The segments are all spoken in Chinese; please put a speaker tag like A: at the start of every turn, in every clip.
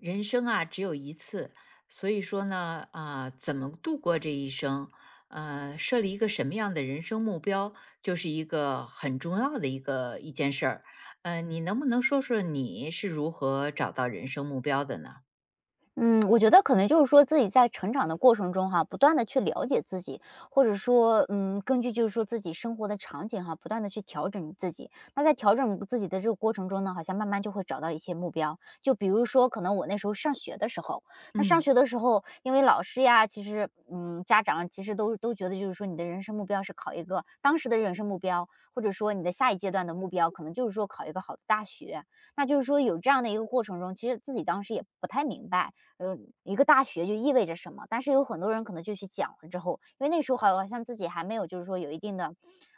A: 人生啊只有一次，所以说呢，怎么度过这一生，设立一个什么样的人生目标，就是一个很重要的一件事儿。你能不能说说你是如何找到人生目标的呢？
B: 嗯，我觉得可能就是说自己在成长的过程中哈，不断的去了解自己，或者说，根据就是说自己生活的场景哈，不断的去调整自己。那在调整自己的这个过程中呢，好像慢慢就会找到一些目标。就比如说，可能我那时候上学的时候，那上
A: 嗯。
B: 学的时候，因为老师呀，其实，家长其实都觉得就是说你的人生目标是考一个当时的人生目标，或者说你的下一阶段的目标，可能就是说考一个好的大学。那就是说有这样的一个过程中，其实自己当时也不太明白。一个大学就意味着什么。但是有很多人可能就去讲了之后，因为那时候好像自己还没有就是说有一定的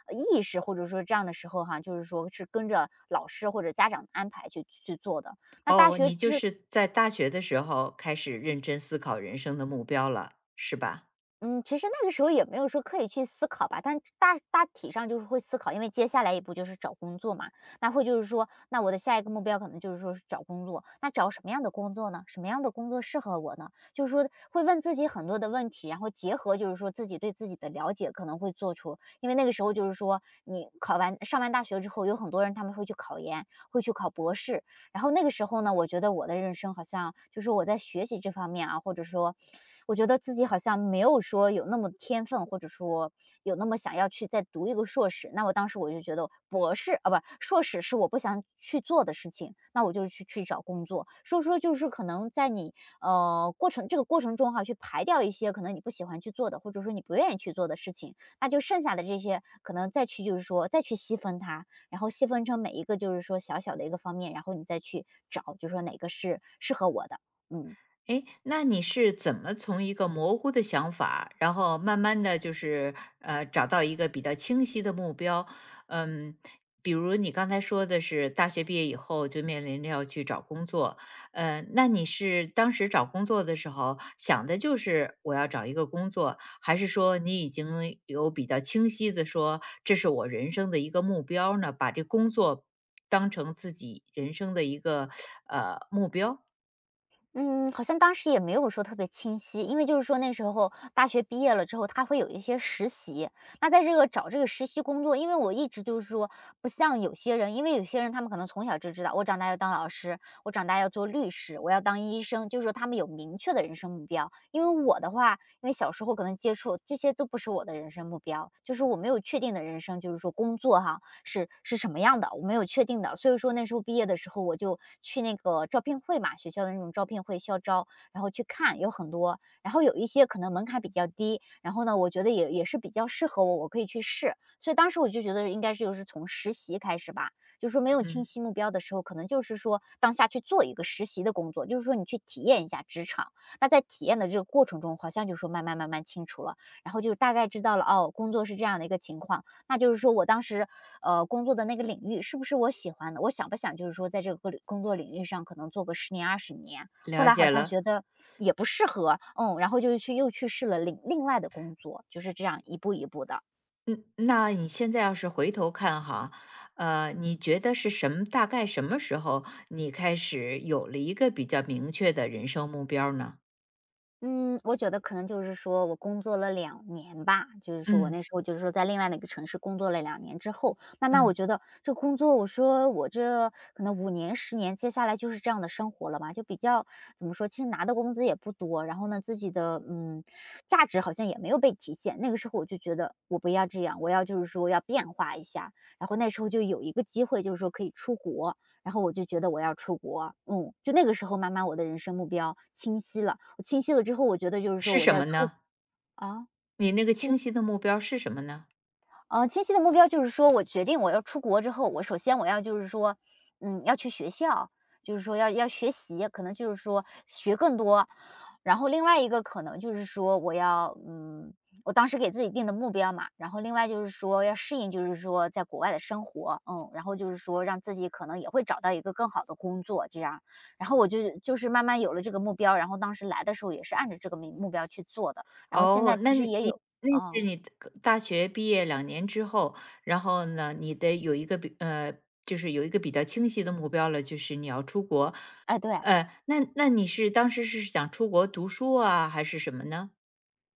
B: 意识，或者说这样的时候哈，就是说是跟着老师或者家长的安排去做的。那大
A: 哦，
B: 学
A: 你就
B: 之
A: 是在大学的时候开始认真思考人生的目标了，是吧？
B: 嗯，其实那个时候也没有说刻意去思考吧，但大体上就是会思考，因为接下来一步就是找工作嘛，那会就是说，那我的下一个目标可能就是说是找工作，那找什么样的工作呢？什么样的工作适合我呢？就是说会问自己很多的问题，然后结合就是说自己对自己的了解，可能会做出，因为那个时候就是说你考完上完大学之后，有很多人他们会去考研，会去考博士，然后那个时候呢，我觉得我的人生好像就是我在学习这方面啊，或者说我觉得自己好像没有说有那么天分，或者说有那么想要去再读一个硕士。那我当时我就觉得博士啊，不，硕士是我不想去做的事情，那我就去找工作。所以说就是可能在你呃过程这个过程中哈、去排掉一些可能你不喜欢去做的，或者说你不愿意去做的事情，那就剩下的这些可能再去就是说再去细分它，然后细分成每一个就是说小小的一个方面，然后你再去找，就说哪个是适合我的。嗯
A: 诶，那你是怎么从一个模糊的想法，然后慢慢的就是，找到一个比较清晰的目标？嗯，比如你刚才说的是大学毕业以后就面临着要去找工作，那你是当时找工作的时候想的就是我要找一个工作，还是说你已经有比较清晰的说这是我人生的一个目标呢？把这工作当成自己人生的一个，目标？
B: 嗯，好像当时也没有说特别清晰，因为就是说那时候大学毕业了之后，他会有一些实习。那在这个找这个实习工作，因为我一直就是说不像有些人，因为有些人他们可能从小就知道，我长大要当老师，我长大要做律师，我要当医生，就是说他们有明确的人生目标。因为我的话，因为小时候可能接触这些都不是我的人生目标，就是我没有确定的人生，就是说工作哈，是什么样的，我没有确定的。所以说那时候毕业的时候，我就去那个招聘会嘛，学校的那种招聘会校招，然后去看有很多，然后有一些可能门槛比较低，然后呢，我觉得也是比较适合我，我可以去试。所以当时我就觉得应该是就是从实习开始吧，就是说没有清
A: 嗯，
B: 晰目标的时候，可能就是说当下去做一个实习的工作，就是说你去体验一下职场。那在体验的这个过程中，好像就说慢慢慢慢清楚了，然后就大概知道了哦，工作是这样的一个情况。那就是说我当时，工作的那个领域是不是我喜欢的？我想不想就是说在这个工作领域上可能做个十年、20年？后
A: 了
B: 来好
A: 解
B: 像
A: 了。
B: 觉得也不适合，然后就去又去试了另外的工作，就是这样一步一步的。
A: 嗯，那你现在要是回头看哈，你觉得是什么？大概什么时候你开始有了一个比较明确的人生目标呢？
B: 嗯，我觉得可能就是说我工作了两年吧，就是说我
A: 嗯。
B: 那时候就是说在另外的一个城市工作了两年之后，慢慢我
A: 嗯，
B: 觉得这工作，我说我这可能5年、十年，接下来就是这样的生活了嘛，就比较怎么说，其实拿的工资也不多，然后呢，自己的，价值好像也没有被体现。那个时候我就觉得我不要这样，我要就是说要变化一下，然后那时候就有一个机会，就是说可以出国，然后我就觉得我要出国，就那个时候慢慢我的人生目标清晰了。我清晰了之后，我觉得就是说
A: 是
B: 我
A: 什
B: 在
A: 么
B: 出
A: 呢？
B: 啊，
A: 你那个清
B: 清
A: 晰的目标是什么呢？
B: 呃，清晰的目标就是说我决定我要出国之后，我首先我要就是说，要去学校，就是说要学习，可能就是说学更多。然后另外一个可能就是说我要，嗯，我当时给自己定的目标嘛，然后另外就是说要适应，就是说在国外的生活，然后就是说让自己可能也会找到一个更好的工作这样。然后我就就是慢慢有了这个目标，然后当时来的时候也是按照这个目标去做的，然后现在
A: 哦，
B: 其
A: 那
B: 实
A: 你
B: 也
A: 你
B: 有，
A: 那
B: 嗯，
A: 是你的大学毕业两年之后，然后呢，你得有一个就是有一个比较清晰的目标了，就是你要出国。
B: 哎，对。
A: 呃，那你是当时是想出国读书啊，还是什么呢？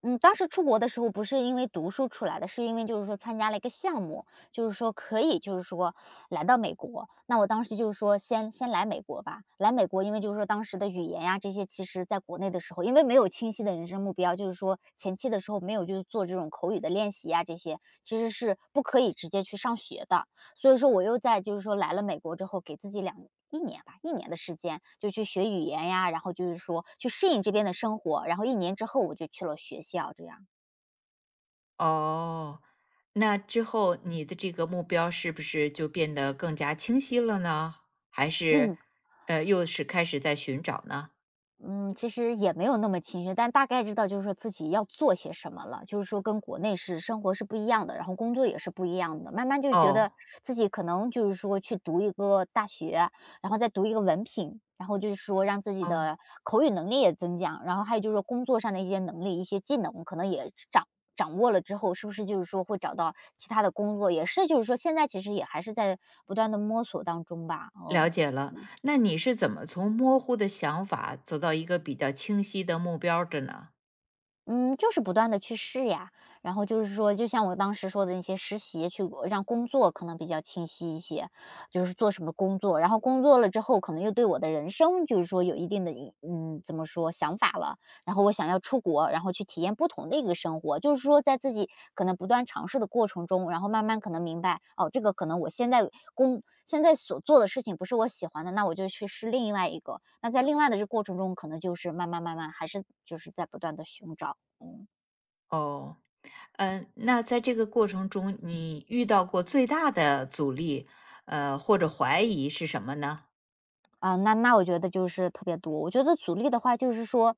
B: 嗯，当时出国的时候不是因为读书出来的，是因为就是说参加了一个项目，就是说可以就是说来到美国。那我当时就是说先来美国吧，来美国，因为就是说当时的语言呀这些，其实在国内的时候，因为没有清晰的人生目标，就是说前期的时候没有就是做这种口语的练习呀这些，其实是不可以直接去上学的。所以说我又在就是说来了美国之后，给自己一年吧，一年的时间就去学语言呀，然后就是说去适应这边的生活，然后一年之后我就去了学校，这样。
A: 哦，那之后你的这个目标是不是就变得更加清晰了呢？还是，
B: 嗯。
A: 又是开始在寻找呢？
B: 嗯，其实也没有那么清晰，但大概知道就是说自己要做些什么了，就是说跟国内是生活是不一样的，然后工作也是不一样的。慢慢就觉
A: 哦。
B: 得自己可能就是说去读一个大学，然后再读一个文凭，然后就是说让自己
A: 哦，
B: 的口语能力也增强，然后还有就是说工作上的一些能力、一些技能，可能也掌握了之后，是不是就是说会找到其他的工作？也是就是说现在其实也还是在不断的摸索当中吧。
A: 了
B: 哦，
A: 解了。那你是怎么从模糊的想法走到一个比较清晰的目标儿的呢？
B: 嗯，就是不断的去试呀，然后就是说，就像我当时说的那些实习，去让工作可能比较清晰一些，就是做什么工作，然后工作了之后，可能又对我的人生就是说有一定的怎么说，想法了，然后我想要出国，然后去体验不同的一个生活，就是说在自己可能不断尝试的过程中，然后慢慢可能明白，哦，这个可能我现在所做的事情不是我喜欢的，那我就去试另外一个，那在另外的这过程中，可能就是慢慢慢慢还是就是在不断的寻找。嗯，
A: 哦。嗯，那在这个过程中，你遇到过最大的阻力，或者怀疑是什么呢？
B: 啊，那我觉得就是特别多。我觉得阻力的话，就是说，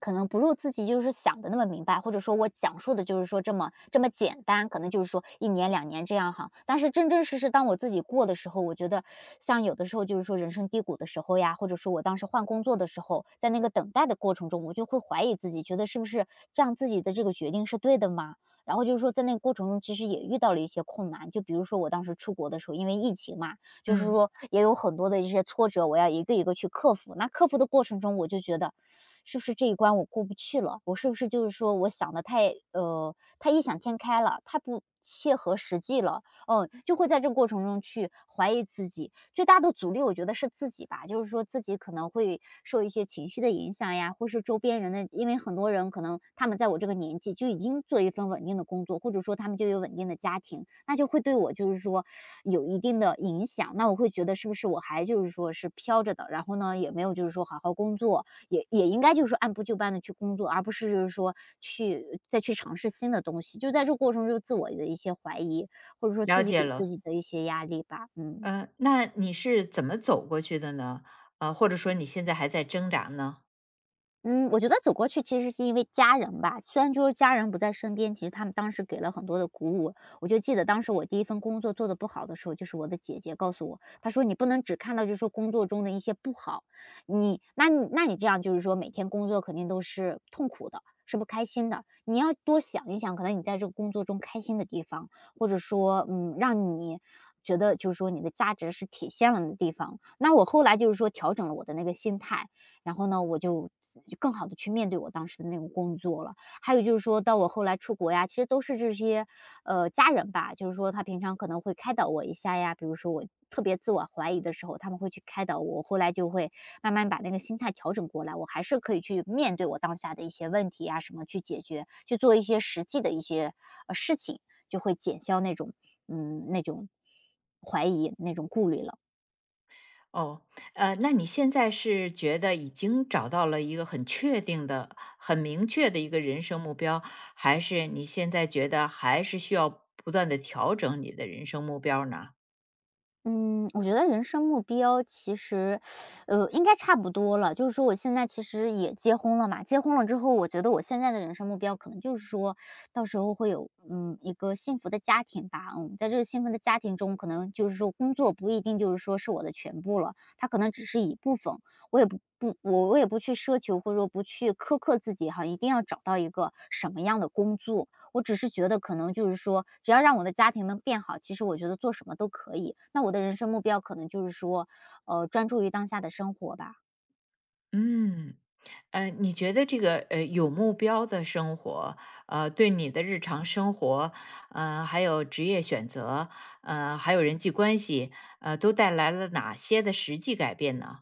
B: 可能不如自己就是想的那么明白，或者说我讲述的就是说这么简单，可能就是说一年两年这样哈。但是真真实实当我自己过的时候，我觉得像有的时候就是说人生低谷的时候呀，或者说我当时换工作的时候，在那个等待的过程中，我就会怀疑自己，觉得是不是这样自己的这个决定是对的吗？然后就是说，在那个过程中，其实也遇到了一些困难，就比如说我当时出国的时候，因为疫情嘛，就是
A: 嗯，
B: 说也有很多的一些挫折，我要一个一个去克服。那克服的过程中，我就觉得，是不是这一关我过不去了？我是不是就是说我想的太太异想天开了，太不切合实际了？哦，就会在这个过程中去怀疑自己。最大的阻力我觉得是自己吧，就是说自己可能会受一些情绪的影响呀，或是周边人的，因为很多人可能他们在我这个年纪就已经做一份稳定的工作，或者说他们就有稳定的家庭，那就会对我就是说有一定的影响。那我会觉得是不是我还就是说是飘着的，然后呢也没有就是说好好工作，也应该就是说按部就班的去工作，而不是就是说去再去尝试新的东西。就在这个过程中自我的一些怀疑，或者说
A: 了
B: 自己
A: 解
B: 给自
A: 了。
B: 己的一些压力吧，嗯。
A: 那你是怎么走过去的呢？或者说你现在还在挣扎呢？
B: 嗯，我觉得走过去其实是因为家人吧，虽然就是家人不在身边，其实他们当时给了很多的鼓舞。我就记得当时我第一份工作做的不好的时候，就是我的姐姐告诉我，她说：“你不能只看到就是说工作中的一些不好，你这样就是说每天工作肯定都是痛苦的，是不开心的。你要多想一想，可能你在这个工作中开心的地方，或者说嗯，让你。”觉得就是说你的价值是体现了的地方，那我后来就是说调整了我的那个心态，然后呢，我就自更好的去面对我当时的那个工作了。还有就是说到我后来出国呀，其实都是这些，家人吧，就是说他平常可能会开导我一下呀，比如说我特别自我怀疑的时候，他们会去开导我，我后来就会慢慢把那个心态调整过来，我还是可以去面对我当下的一些问题呀，什么去解决，去做一些实际的一些，事情，就会减消那种嗯，那种怀疑、那种顾虑了。
A: 哦。呃，那你现在是觉得已经找到了一个很确定的、很明确的一个人生目标，还是你现在觉得还是需要不断的调整你的人生目标呢？
B: 嗯，我觉得人生目标其实，应该差不多了。就是说我现在其实也结婚了嘛，结婚了之后，我觉得我现在的人生目标可能就是说，到时候会有嗯一个幸福的家庭吧。嗯，在这个幸福的家庭中，可能就是说工作不一定就是说是我的全部了，它可能只是一部分。我也不去奢求或者说不去苛刻自己哈，一定要找到一个什么样的工作。我只是觉得可能就是说，只要让我的家庭能变好，其实我觉得做什么都可以。那我的人生目标可能就是说，专注于当下的生活吧。
A: 嗯。你觉得这个有目标的生活，对你的日常生活，还有职业选择，还有人际关系，都带来了哪些的实际改变呢？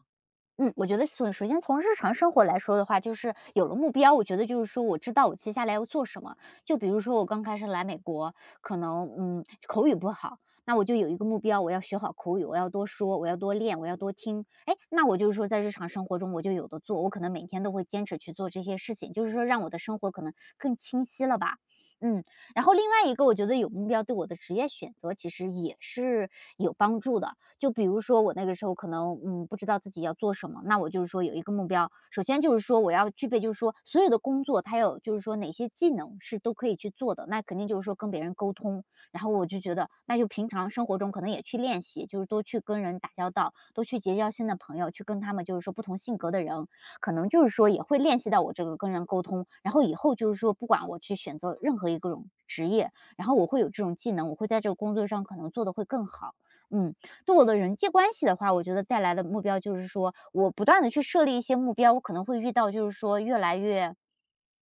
B: 嗯，我觉得首先从日常生活来说的话，就是有了目标，我觉得就是说我知道我接下来要做什么。就比如说我刚开始来美国，可能嗯口语不好，那我就有一个目标，我要学好口语，我要多说，我要多练，我要多听。哎，那我就是说在日常生活中我就有的做，我可能每天都会坚持去做这些事情，就是说让我的生活可能更清晰了吧。嗯，然后另外一个，我觉得有目标对我的职业选择其实也是有帮助的。就比如说我那个时候可能，嗯，不知道自己要做什么，那我就是说有一个目标，首先就是说我要具备就是说所有的工作，它有就是说哪些技能是都可以去做的，那肯定就是说跟别人沟通，然后我就觉得那就平常生活中可能也去练习，就是多去跟人打交道，多去结交新的朋友，去跟他们就是说不同性格的人，可能就是说也会练习到我这个跟人沟通，然后以后就是说不管我去选择任何一个种职业，然后我会有这种技能，我会在这个工作上可能做得会更好，嗯。对我的人际关系的话，我觉得带来的目标就是说，我不断的去设立一些目标，我可能会遇到就是说越来越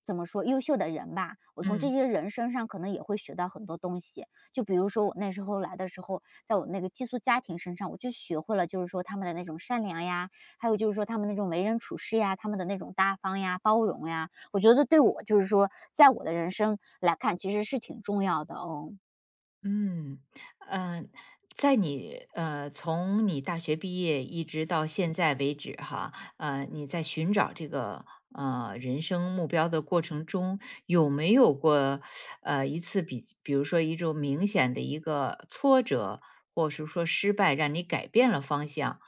B: 怎么说，优秀的人吧。我从这
A: 嗯。
B: 些人身上可能也会学到很多东西。就比如说我那时候来的时候，在我那个寄宿家庭身上，我就学会了就是说他们的那种善良呀，还有就是说他们那种为人处事呀，他们的那种大方呀、包容呀，我觉得对我就是说，在我的人生来看，其实是挺重要的，哦。
A: 嗯。呃，在你从你大学毕业一直到现在为止哈，你在寻找这个人生目标的过程中，有没有过一次比如说一种明显的一个挫折，或是说失败，让你改变了方向？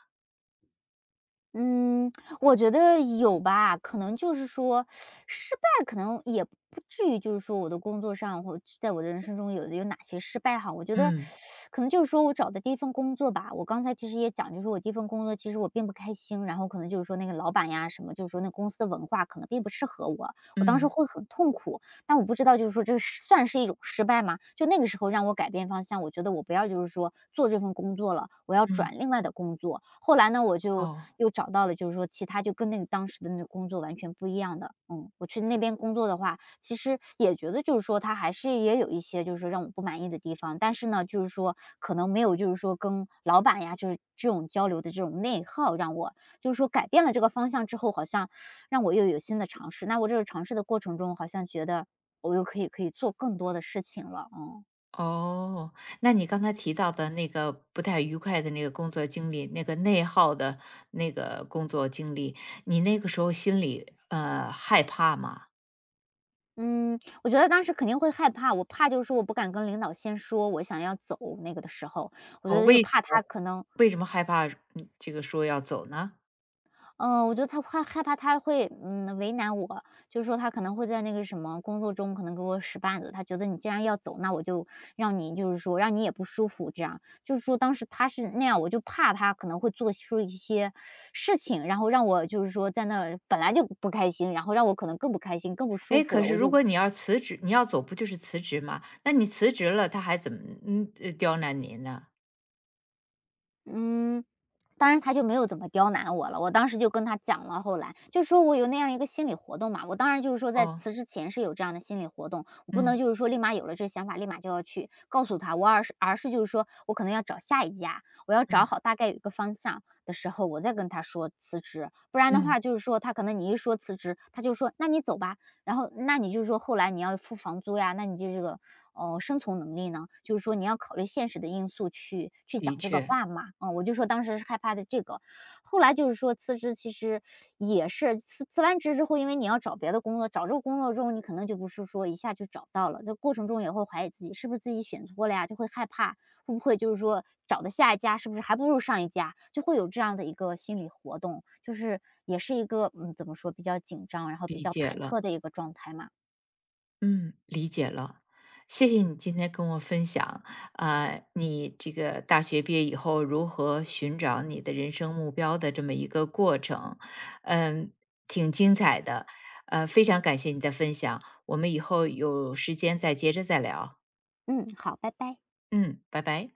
B: 嗯，我觉得有吧，可能就是说，失败可能也不至于，就是说我的工作上或者在我的人生中有哪些失败哈。我觉得
A: 嗯
B: 可能就是说我找的第一份工作吧，我刚才其实也讲，就是我第一份工作其实我并不开心，然后可能就是说那个老板呀什么，就是说那公司的文化可能并不适合我，我当时
A: 嗯
B: 会很痛苦。但我不知道就是说这算是一种失败吗？就那个时候让我改变方向，我觉得我不要就是说做这份工作了，我要
A: 嗯。
B: 转另外的工作。后来呢，我就
A: 哦。
B: 又找到了就是说其他就跟那个当时的那个工作完全不一样的，嗯，我去那边工作的话，其实也觉得就是说他还是也有一些就是说让我不满意的地方，但是呢，就是说可能没有就是说跟老板呀就是这种交流的这种内耗，让我就是说改变了这个方向之后，好像让我又有新的尝试。那我这个尝试的过程中，好像觉得我又可以做更多的事情了，嗯。
A: 哦，那你刚才提到的那个不太愉快的那个工作经历，那个内耗的那个工作经历，你那个时候心里害怕吗？
B: 嗯，我觉得当时肯定会害怕，我怕就是说我不敢跟领导先说我想要走那个的时候，我觉
A: 哦，
B: 得就怕他可能
A: 为什么害怕？这个说要走呢？
B: 嗯，我觉得他怕害怕他会，为难我，就是说他可能会在那个什么工作中可能给我使绊子，他觉得你既然要走，那我就让你就是说让你也不舒服这样。就是说当时他是那样，我就怕他可能会做出一些事情，然后让我就是说在那儿本来就不开心，然后让我可能更不开心、更不舒
A: 哎，
B: 服
A: 可
B: 了，
A: 是
B: 我
A: 如
B: 就
A: 果你要辞职，你要走不就是辞职吗？那你辞职了，他还怎么刁难您呢？
B: 嗯，当然他就没有怎么刁难我了，我当时就跟他讲了，后来就说我有那样一个心理活动嘛，我当然就是说在
A: 哦，
B: 辞职前是有这样的心理活动，我不能
A: 嗯
B: 就是说立马有了这个想法，立马就要去告诉他，我而是就是说我可能要找下一家，我要找
A: 嗯
B: 好大概有一个方向的时候，我再跟他说辞职，不然的
A: 嗯，
B: 话就是说他可能你一说辞职，他就说那你走吧，然后那你就是说后来你要付房租呀，那你就这个哦、生存能力呢？就是说你要考虑现实的因素去去
A: 的
B: 讲这个
A: 确
B: 话嘛。嗯，我就说当时是害怕的这个，后来就是说辞职，其实也是辞完职之后，因为你要找别的工作，找这个工作中你可能就不是说一下就找到了，这过程中也会怀疑自己是不是自己选错了呀，就会害怕会不会就是说找的下一家是不是还不如上一家，就会有这样的一个心理活动，就是也是一个嗯怎么说比较紧张，然后比
A: 理
B: 较
A: 解
B: 忐
A: 了。
B: 忑的一个状态嘛。
A: 嗯，理解了，谢谢你今天跟我分享，啊，你这个大学毕业以后如何寻找你的人生目标的这么一个过程，嗯，挺精彩的，非常感谢你的分享，我们以后有时间再接着再聊，
B: 嗯，好，拜拜。
A: 嗯，拜拜。